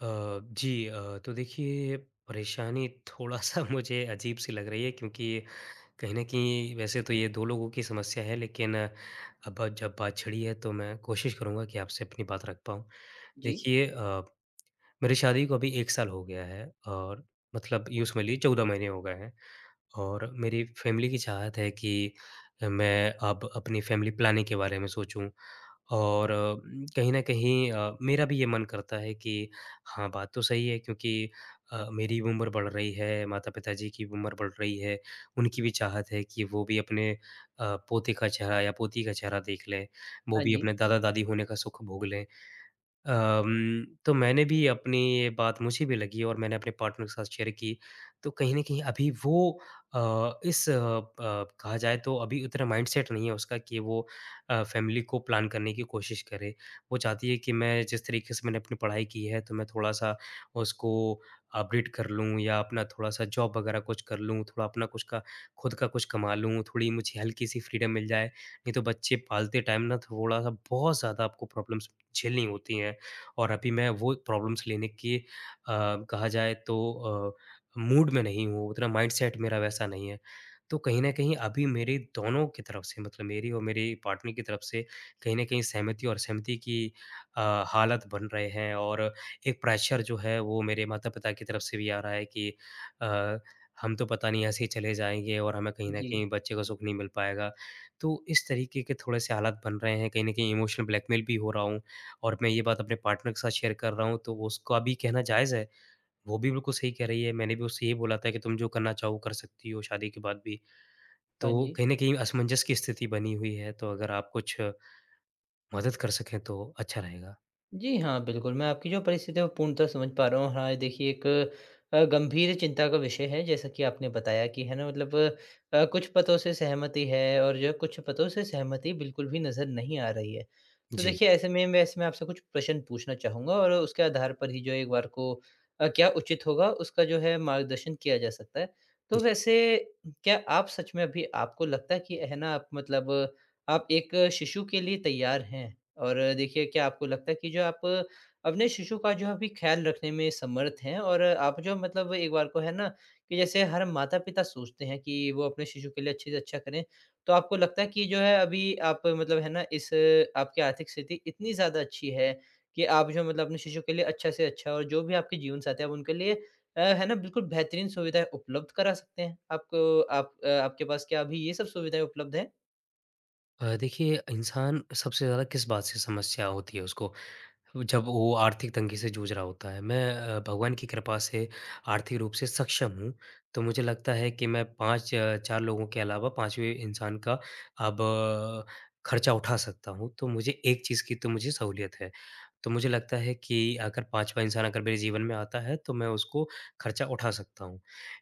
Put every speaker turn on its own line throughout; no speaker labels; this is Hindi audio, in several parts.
अ, जी, तो देखिए, परेशानी थोड़ा-सा मुझे अजीब सी लग रही है, क्योंकि कहीं न कहीं वैसे तो ये 2 लोगों की समस्या है, लेकिन अब जब बात छिड़ी है तो मैं कोशिश करूँगा कि आपसे अपनी बात रख पाऊँ।
जी,
देखिए, मेरी शादी को अभी 1 साल हो गया है और मतलब यूँ समझ लीजिए, 14 महीने हो गए हैं। और मेरी फैमिली की चाहत है कि मैं अब अपनी फैमिली प्लानिंग के बारे में सोचूँ, और कहीं न कहीं मेरा भी ये मन करता है कि हाँ, बात तो सही है, क्योंकि मेरी भी उम्र बढ़ रही है, माता-पिता जी की भी उम्र बढ़ रही है। उनकी भी चाहत है कि वो भी अपने पोते का चेहरा या पोती का चेहरा देख लें, वो
हाँ
भी
जी।
अपने दादा-दादी होने का सुख भोग लें। तो मैंने भी अपनी ये बात मुझे भी लगी, और मैंने अपने पार्टनर के साथ शेयर की। तो कहीं न कहीं अभी वो अ, इस अ, ब कहा जाए तो अभी उतना माइंडसेट नहीं है उसका कि वो फैमिली को प्लान करने की कोशिश करे। वो चाहती है कि मैं जिस तरीके से मैंने अपनी पढ़ाई की है, तो मैं थोड़ा-सा उसको अपग्रेड कर लूँ या अपना थोड़ा-सा जॉब वग़ैरह कुछ कर लूँ, थोड़ा अपना कुछ का खुद का कुछ कमा लूँ, थोड़ी मुझे हल्की-सी फ्रीडम मिल जाए। नहीं तो बच्चे पालते टाइम ना, थोड़ा-सा बहुत ज़्यादा आपको प्रॉब्लम्स झेलनी होती हैं। और अभी मैं वो प्रॉब्लम्स लेने के कहा जाए तो मूड में नहीं हूँ, उतना माइंडसेट मेरा वैसा नहीं है। तो कहीं न कहीं अभी मेरे दोनों की तरफ से, मतलब मेरी और मेरे पार्टनर की तरफ से, कहीं न कहीं सहमति और असहमति की अ, हालत बन रहे हैं, और एक प्रेशर जो है वो मेरे माता-पिता की तरफ से भी आ रहा है कि अ, हम तो पता नहीं ऐसे ही चले जाएँगे और हमें कहीं न
जी,
कहीं बच्चे को सुख नहीं मिल पाएगा। तो इस तरीके के थोड़े-से हालात बन रहे हैं, कहीं न कहीं इमोशनल ब्लैकमेल भी हो रहा हूँ। और मैं ये बात अपने पार्टनर के साथ शेयर कर रहा हूँ, तो उसका भी कहना जायज़ है। वो भी बिल्कुल सही कह रही है, मैंने भी उससे यही बोला था कि तुम जो करना चाहो कर सकती हो शादी के बाद भी।
हाँ
तो
जी।
कहीं न कहीं असमंजस की स्थिति बनी हुई है, तो अगर आप कुछ मदद कर सकें तो अच्छा रहेगा।
जी हाँ, बिल्कुल, मैं आपकी जो परिस्थिति है वो पूर्णतः समझ पा रहा हूँ। हाँ, देखिए एक गंभीर चिंता का विषय है जैसा कि आपने बताया कि है ना मतलब कुछ पतों से सहमति है और जो कुछ पतों से सहमति बिल्कुल भी नज़र नहीं आ रही है। तो
जी।
देखिए ऐसे में वैसे मैं आपसे कुछ प्रश्न पूछना चाहूँगा और उसके आधार पर ही जो एक बार को क्या उचित होगा उसका जो है मार्गदर्शन किया जा सकता है। तो वैसे क्या आप सच में अभी आपको लगता है कि है ना आप मतलब आप एक शिशु के लिए तैयार हैं? और देखिए क्या आपको लगता है कि जो आप अपने शिशु का जो अभी ख़्याल रखने में समर्थ हैं और आप जो मतलब एक बार को है ना कि जैसे हर माता-पिता सोचते हैं कि वो अपने शिशु के लिए अच्छे से अच्छा करें। तो आपको लगता है कि जो है अभी आप मतलब है ना इस आपकी आर्थिक स्थिति इतनी ज़्यादा अच्छी है कि आप जो मतलब अपने शिशु के लिए अच्छा से अच्छा और जो भी आपके जीवन साथी हैं आप उनके लिए है ना बिल्कुल बेहतरीन सुविधाएँ उपलब्ध करा सकते हैं। आपको आप आपके पास क्या अभी ये सब सुविधाएँ उपलब्ध हैं?
देखिए, इंसान सबसे ज़्यादा किस बात से समस्या होती है उसको? जब वो आर्थिक तंगी से जूझ रहा होता है। मैं भगवान की कृपा से आर्थिक रूप से सक्षम हूँ, तो मुझे लगता है कि मैं 5 4 लोगों के अलावा 5वें इंसान का अब खर्चा उठा सकता हूँ, तो मुझे एक चीज़ की तो मुझे सहूलियत है। तो मुझे लगता है कि अगर 5वाँ इंसान अगर मेरे जीवन में आता है, तो मैं उसको खर्चा उठा सकता हूँ।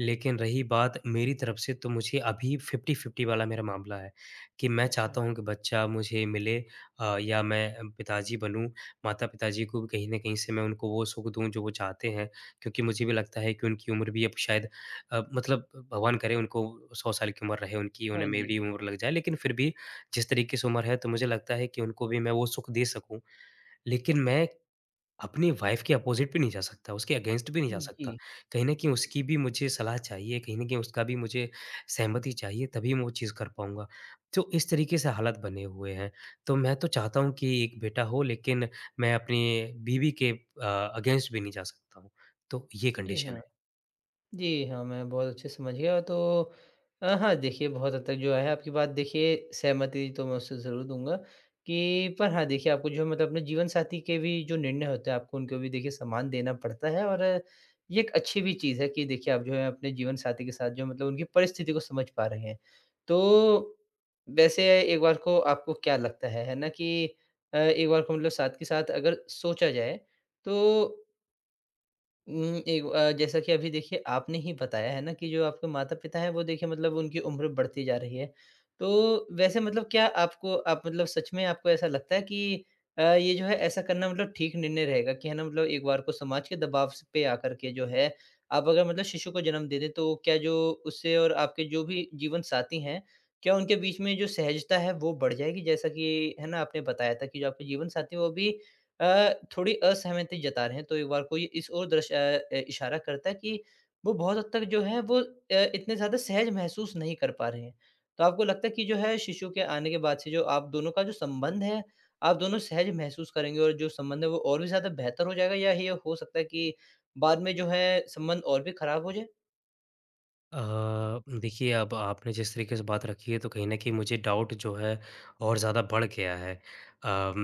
लेकिन रही बात मेरी तरफ से, तो मुझे अभी 50-50 वाला मेरा मामला है कि मैं
अच्छा।
चाहता हूँ कि बच्चा मुझे मिले, या मैं पिताजी बनूँ, माता-पिताजी को भी कहीं न कहीं से मैं उनको वो सुख दूँ जो वो चाहते हैं, क्योंकि मुझे भी लगता है कि उनकी उम्र भी अब शायद, मतलब भगवान करे उनको 100 साल की उम्र रहे उनकी,
हाँ
उन्हें
जी।
मेरी उम्र लग जाए, लेकिन फिर भी जिस तरीके से उम्र है तो मुझे लगता है कि उनको भी मैं वो सुख दे सकूँ। लेकिन मैं अपनी वाइफ़ के अपोज़िट भी नहीं जा सकता, उसके अगेंस्ट भी नहीं जा सकता।
जी।
कहीं न कहीं उसकी भी मुझे सलाह चाहिए, कहीं न कहीं उसका भी मुझे सहमति चाहिए, तभी मैं वो चीज़ कर पाऊँगा। तो इस तरीके से हालात बने हुए हैं। तो मैं तो चाहता हूँ कि एक बेटा हो, लेकिन मैं अपनी बीवी के अगेंस्ट भी नहीं जा सकता हूँ। तो ये
जी
कंडीशन
हाँ।
है।
जी हाँ, मैं बहुत अच्छे से समझ गया तो हाँ, देखिए बहुत हद तक जो है आपकी बात देखिए सहमति तो मैं उससे ज़रूर दूँगा कि पर हाँ, देखिए आपको जो मतलब अपने जीवन साथी के भी जो निर्णय होते हैं आपको उनको भी देखिए सम्मान देना पड़ता है और ये एक अच्छी भी चीज़ है कि देखिए आप जो है अपने जीवन साथी के साथ जो मतलब उनकी परिस्थिति को समझ पा रहे हैं। तो वैसे एक बार को आपको क्या लगता है ना कि एक बार को मतलब साथ के साथ अगर सोचा जाए तो एक जैसा कि अभी देखिए आपने ही बताया है ना कि जो आपके माता-पिता हैं वो देखिए मतलब उनकी उम्र बढ़ती जा रही है। तो वैसे मतलब क्या आपको आप मतलब सच में आपको ऐसा लगता है कि ये जो है ऐसा करना मतलब ठीक निर्णय रहेगा कि है ना मतलब एक बार को समाज के दबाव स पे आकर के जो है आप अगर मतलब शिशु को जन्म दे दें तो क्या जो उससे और आपके जो भी जीवन साथी हैं, क्या उनके बीच में जो सहजता है वो बढ़ जाएगी? जैसा कि है ना आपने बताया था कि जो आपके जीवन साथी हैं वो भी थोड़ी असहमति जता रहे हैं, तो एक बार कोई इस ओर दर्श इशारा करता है कि वो बहुत हद तक जो है वो इतने ज़्यादा सहज महसूस नहीं कर पा रहे हैं। तो आपको लगता है कि जो है शिशु के आने के बाद से जो आप दोनों का जो संबंध है, आप दोनों सहज महसूस करेंगे और जो संबंध है वो और भी ज़्यादा बेहतर हो जाएगा या ये हो सकता है कि बाद में जो है संबंध और भी खराब हो जाए?
अ, देखिए, अब आपने जिस तरीके से बात रखी है, तो कहीं न कहीं मुझे डाउट जो है और ज़्यादा बढ़ गया है। अम,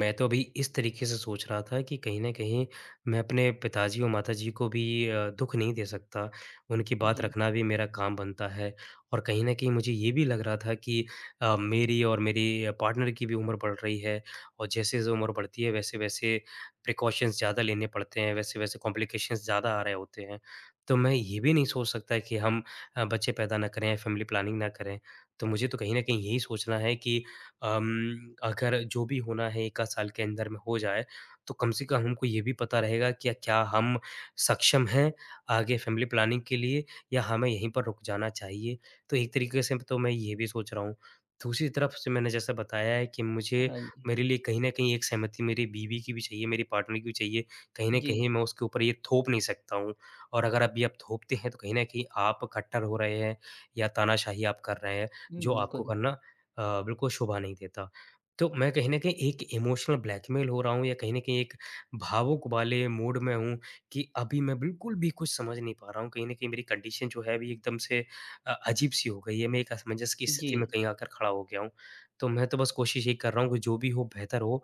मैं तो अभी इस तरीके से सोच रहा था कि कहीं न कहीं मैं अपने पिताजी और माताजी को भी दुःख नहीं दे सकता, उनकी बात
जी।
रखना भी मेरा काम बनता है। और कहीं न कहीं मुझे ये भी लग रहा था कि मेरी और मेरी पार्टनर की भी उम्र बढ़ रही है, और जैसे-जैसे उम्र बढ़ती है वैसे-वैसे प्रिकॉशंस ज़्यादा लेने पड़ते हैं, वैसे-वैसे कॉम्प्लिकेशंस ज़्यादा आ रहे होते हैं। तो मैं ये भी नहीं सोच सकता कि हम बच्चे पैदा ना करें या फ़ैमिली प्लानिंग ना करें। तो मुझे तो कहीं न कहीं यही सोचना है कि अम, अगर जो भी होना है 1 आध साल के अंदर में हो जाए, तो कम से कम हमको ये भी पता रहेगा कि क्या हम सक्षम हैं आगे फ़ैमिली प्लानिंग के लिए, या हमें यहीं पर रुक जाना चाहिए? तो एक तरीके से तो मैं ये भी सोच रहा हूँ। दूसरी तरफ से मैंने जैसा बताया है कि मुझे
हाँ जी।
मेरे लिए कहीं न कहीं एक सहमति मेरी बीवी की भी चाहिए, मेरी पार्टनर की भी चाहिए। कहीं न
जी।
कहीं मैं उसके ऊपर ये थोप नहीं सकता हूँ। और अगर अभी आप थोपते हैं तो कहीं न कहीं आप कट्टर हो रहे हैं, या तानाशाही आप कर रहे हैं,
हुँ,
जो आपको
बिल्कुल।
करना बिल्कुल शोभा नहीं देता। तो मैं कहीं न कहीं एक इमोशनल ब्लैकमेल हो रहा हूँ, या कहीं न कहीं एक भावुक वाले मूड में हूँ कि अभी मैं बिल्कुल भी कुछ समझ नहीं पा रहा हूँ। कहीं न कहीं मेरी कंडीशन जो है अभी एकदम से अजीब-सी हो गई है। मैं एक असमंजस की
जी।
स्थिति में कहीं आकर खड़ा हो गया हूँ। तो मैं तो बस कोशिश यही कर रहा हूँ कि जो भी हो बेहतर हो।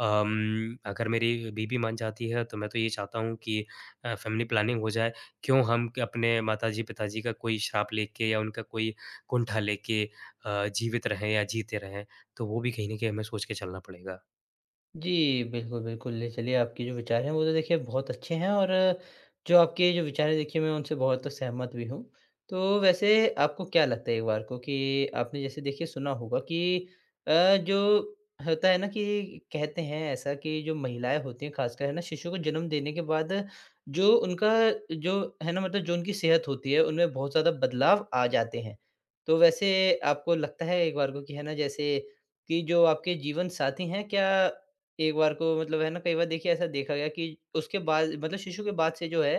अगर मेरी बीबी मान जाती है तो मैं तो ये चाहता हूँ कि फैमिली प्लानिंग हो जाए, क्यों हम क अपने माताजी-पिताजी का कोई श्राप लेके या उनका कोई कुंठा लेके जीवित रहें या जीते रहें, तो वो भी कहीं न कहीं हमें सोच के चलना पड़ेगा।
जी, बिल्कुल, बिल्कुल, ले चलिए आपके जो विचार हैं वो तो देखिए बहुत अच्छे हैं और जो आपके जो विचार हैं देखिए मैं उनसे बहुत सहमत भी हूँ। तो वैसे आपको क्या लगता है एक बार को कि आपने जैसे देखिए सुना होगा कि अ, जो होता है ना कि कहते हैं ऐसा कि जो महिलाएँ होती हैं ख़ासकर है ना शिशु को जन्म देने के बाद जो उनका जो है ना मतलब जो उनकी सेहत होती है उनमें बहुत ज़्यादा बदलाव आ जाते हैं। तो वैसे आपको लगता है एक बार को कि है ना जैसे कि जो आपके जीवन साथी हैं क्या एक बार को मतलब है ना कई बार देखिए ऐसा देखा गया कि उसके बाद मतलब शिशु के बाद से जो है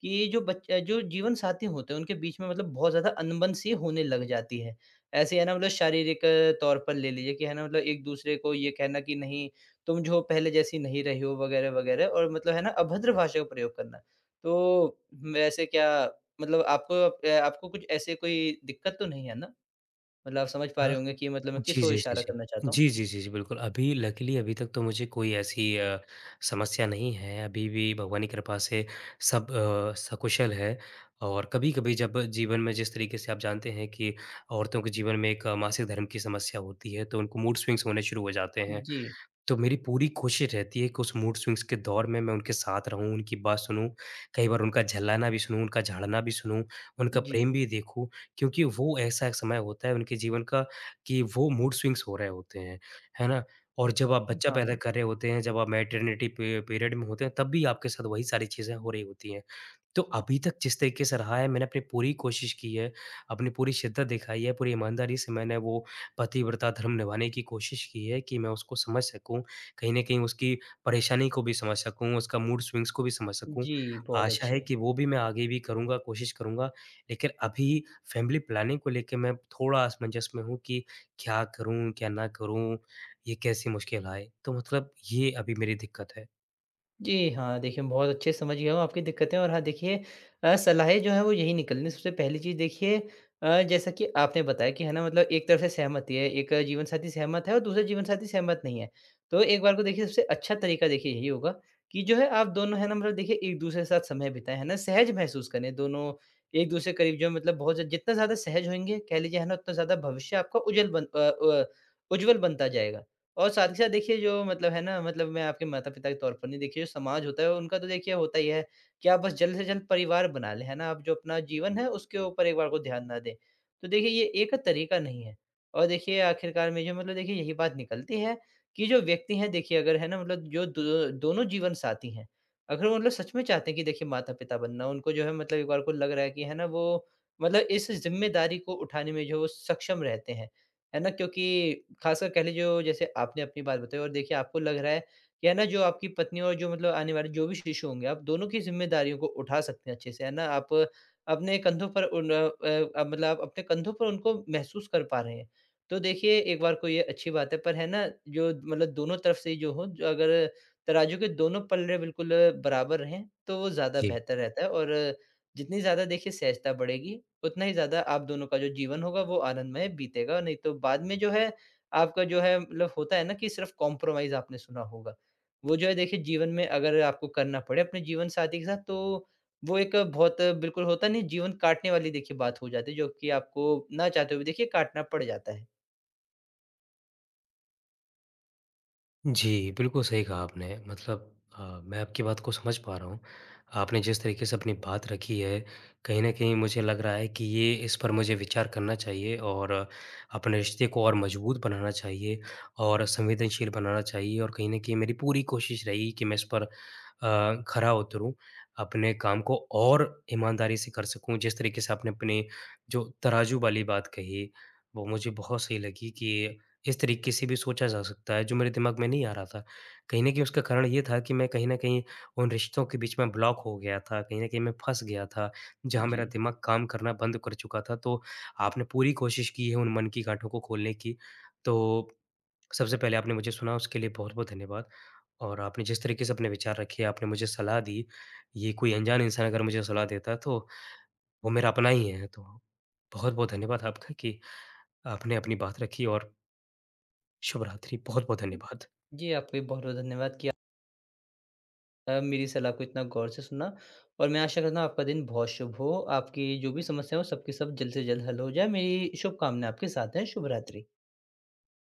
कि जो बच्चे जो जीवन साथी होते हैं उनके बीच में मतलब बहुत ज़्यादा अनबन सी होने लग जाती है। ऐसे है ना मतलब शारीरिक तौर पर ले लीजिए कि है ना मतलब एक-दूसरे को ये कहना कि नहीं तुम जो पहले जैसी नहीं रही हो वगैरह, वगैरह और मतलब है ना अभद्र भाषा का प्रयोग करना। तो वैसे क्या मतलब आपको आपको कुछ ऐसे कोई दिक्कत तो नहीं है ना? मतलब आप समझ पा
अ,
रहे होंगे कि मतलब मैं
जी,
किसको
जी, जी,
इशारा
जी।
करना चाहता हूँ?
जी, जी, जी, जी, बिल्कुल। अभी लकीली अभी तक तो मुझे कोई ऐसी समस्या नहीं है, अभी भी भगवान की कृपा से सब सकुशल है। और कभी-कभी जब जीवन में जिस तरीके से आप जानते हैं कि औरतों के जीवन में एक मासिक धर्म की समस्या होती है, तो उनको मूड स्विंग्स होने शुरू हो जाते हैं।
जी,
तो मेरी पूरी कोशिश रहती है कि उस मूड स्विंग्स के दौर में मैं उनके साथ रहूँ, उनकी बात सुनूँ, कई बार उनका झल्लाना भी सुनूँ, उनका झाड़ना भी सुनूँ, उनका
जी।
प्रेम भी देखूँ, क्योंकि वो ऐसा एक समय होता है उनके जीवन का कि वो मूड स्विंग्स हो रहे होते हैं, है ना? और जब आप
हाँ,
बच्चा पैदा
हाँ।
कर रहे होते हैं, जब आप मैटरनिटी पे पीरियड में होते हैं, तब भी आपके साथ वही सारी चीज़ें हो रही होती हैं। तो अभी तक जिस तरीके से रहा है, मैंने अपनी पूरी कोशिश की है, अपनी पूरी शिद्दत दिखाई है, पूरी ईमानदारी से मैंने वो पतिव्रता धर्म निभाने की कोशिश की है कि मैं उसको समझ सकूँ, कहीं न कहीं उसकी परेशानी को भी समझ सकूँ, उसका मूड स्विंग्स को भी समझ सकूँ।
जी, बहुत
आशा है
अच्छे।
कि वो भी मैं आगे भी करूँगा, कोशिश करूँगा। लेकिन अभी फैमिली प्लानिंग को लेके मैं थोड़ा असमंजस में हूँ कि क्या करूँ, क्या ना करूँ? ये कैसी मुश्किल आए? तो मतलब ये अभी मेरी दिक्कत है।
जी हाँ, देखिए मैं बहुत अच्छे समझ गया हूँ आपकी दिक्कतें और हाँ, देखिए सलाहें जो हैं वो यही निकलनी सबसे पहली चीज़ देखिए जैसा कि आपने बताया कि है ना मतलब एक तरफ से सहमति है, एक जीवन साथी सहमत है और दूसरा जीवन साथी सहमत नहीं है। तो एक बार को देखिए सबसे अच्छा तरीका देखिए यही होगा कि जो है आप दोनों है ना मतलब देखिए एक-दूसरे के साथ समय बिताएँ, है ना? सहज महसूस करें दोनों एक-दूसरे के करीब जो है मतलब बहुत ज़्यादा- जितना ज़्यादा सहज होंगे कह लीजिए है ना उतना ज़्यादा भविष्य आपका उज्जल बन उज्ज्वल बनता जाएगा। और साथ ही साथ देखिए जो मतलब है ना मतलब मैं आपके माता-पिता के तौर पर नहीं देखिए जो समाज होता है उनका तो देखिए होता ही है कि आप बस जल्द से जल्द परिवार बना लें, है ना? आप जो अपना जीवन है उसके ऊपर एक बार को ध्यान ना दें। तो देखिए ये एक तरीका नहीं है और देखिए आखिरकार में जो मतलब देखिए यही बात निकलती है कि जो व्यक्ति हैं देखिए अगर है ना मतलब जो दो दोनों जीवन साथी हैं, अगर वो मतलब सच में चाहते हैं कि देखिए माता-पिता बनना उनको जो है मतलब एक बार को लग रहा है कि है ना वो मतलब इस ज़िम्मेदारी को उठाने में जो वो सक्षम रहते हैं। है ना? क्योंकि ख़ासकर कह लीजिए जो जैसे आपने अपनी बात बताई और देखिए आपको लग रहा है कि है ना जो आपकी पत्नी और जो मतलब आने वाले जो भी शिशु होंगे, आप दोनों की ज़िम्मेदारियों को उठा सकते हैं अच्छे से, है ना? आप अपने कंधों पर उन मतलब आप अपने कंधों पर उनको महसूस कर पा रहे हैं। तो देखिए एक बार को ये अच्छी बात है, पर है ना जो मतलब दोनों तरफ से जो हो जो अगर तराजू के दोनों पल्ले बिल्कुल बराबर रहें, तो वो ज़्यादा
जी।
बेहतर रहता है और जितनी ज़्यादा देखिए सहजता बढ़ेगी, उतना ही ज़्यादा आप दोनों का जो जीवन होगा वो आनंदमय बीतेगा, नहीं तो बाद में जो है आपका जो है मतलब होता है ना कि सिर्फ़ कॉम्प्रोमाइज़ आपने सुना होगा। वो जो है देखिए जीवन में अगर आपको करना पड़े अपने जीवनसाथी के साथ तो वो एक बहुत बिल्कुल होता नहीं जीवन काटने वाली देखिए बात हो जाती है जो कि आपको ना चाहते हुए देखिए काटना पड़ जाता है।
जी, बिल्कुल सही कहा आपने। मतलब मैं आपकी बात को समझ पा रहा हूँ। आपने जिस तरीके से अपनी बात रखी है, कहीं न कहीं मुझे लग रहा है कि ये इस पर मुझे विचार करना चाहिए, और अपने रिश्ते को और मज़बूत बनाना चाहिए, और संवेदनशील बनाना चाहिए, और कहीं न कहीं मेरी पूरी कोशिश रहेगी कि मैं इस पर खरा उतरूँ, अपने काम को और ईमानदारी से कर सकूँ। जिस तरीके से आपने अपने जो तराजू वाली बात कही, वो मुझे बहुत सही लगी कि इस तरीके से भी सोचा जा सकता है, जो मेरे दिमाग में नहीं आ रहा था। कहीं न कहीं उसका कारण ये था कि मैं कहीं न कहीं उन रिश्तों के बीच में ब्लॉक हो गया था, कहीं न कहीं मैं फँस गया था, जहाँ
जी।
मेरा दिमाग काम करना बंद कर चुका था। तो आपने पूरी कोशिश की है उन मन की गाँठों को खोलने की। तो सबसे पहले आपने मुझे सुना, उसके लिए बहुत-बहुत धन्यवाद। और आपने जिस तरीके से अपने विचार रखे, आपने मुझे सलाह दी, ये कोई अनजान इंसान अगर मुझे सलाह देता तो वो मेरा अपना ही है। तो बहुत-बहुत धन्यवाद आपका कि आपने अपनी बात रखी, और शुभ रात्रि, बहुत-बहुत धन्यवाद।
जी, आपका भी बहुत-बहुत धन्यवाद कि मेरी सलाह को इतना गौर से सुना और मैं आशा करता हूँ आपका दिन बहुत शुभ हो। आपकी जो भी समस्या हो सबकी सब जल्द से जल्द हल हो जाए। मेरी शुभकामनाएँ आपके साथ हैं। शुभ रात्रि।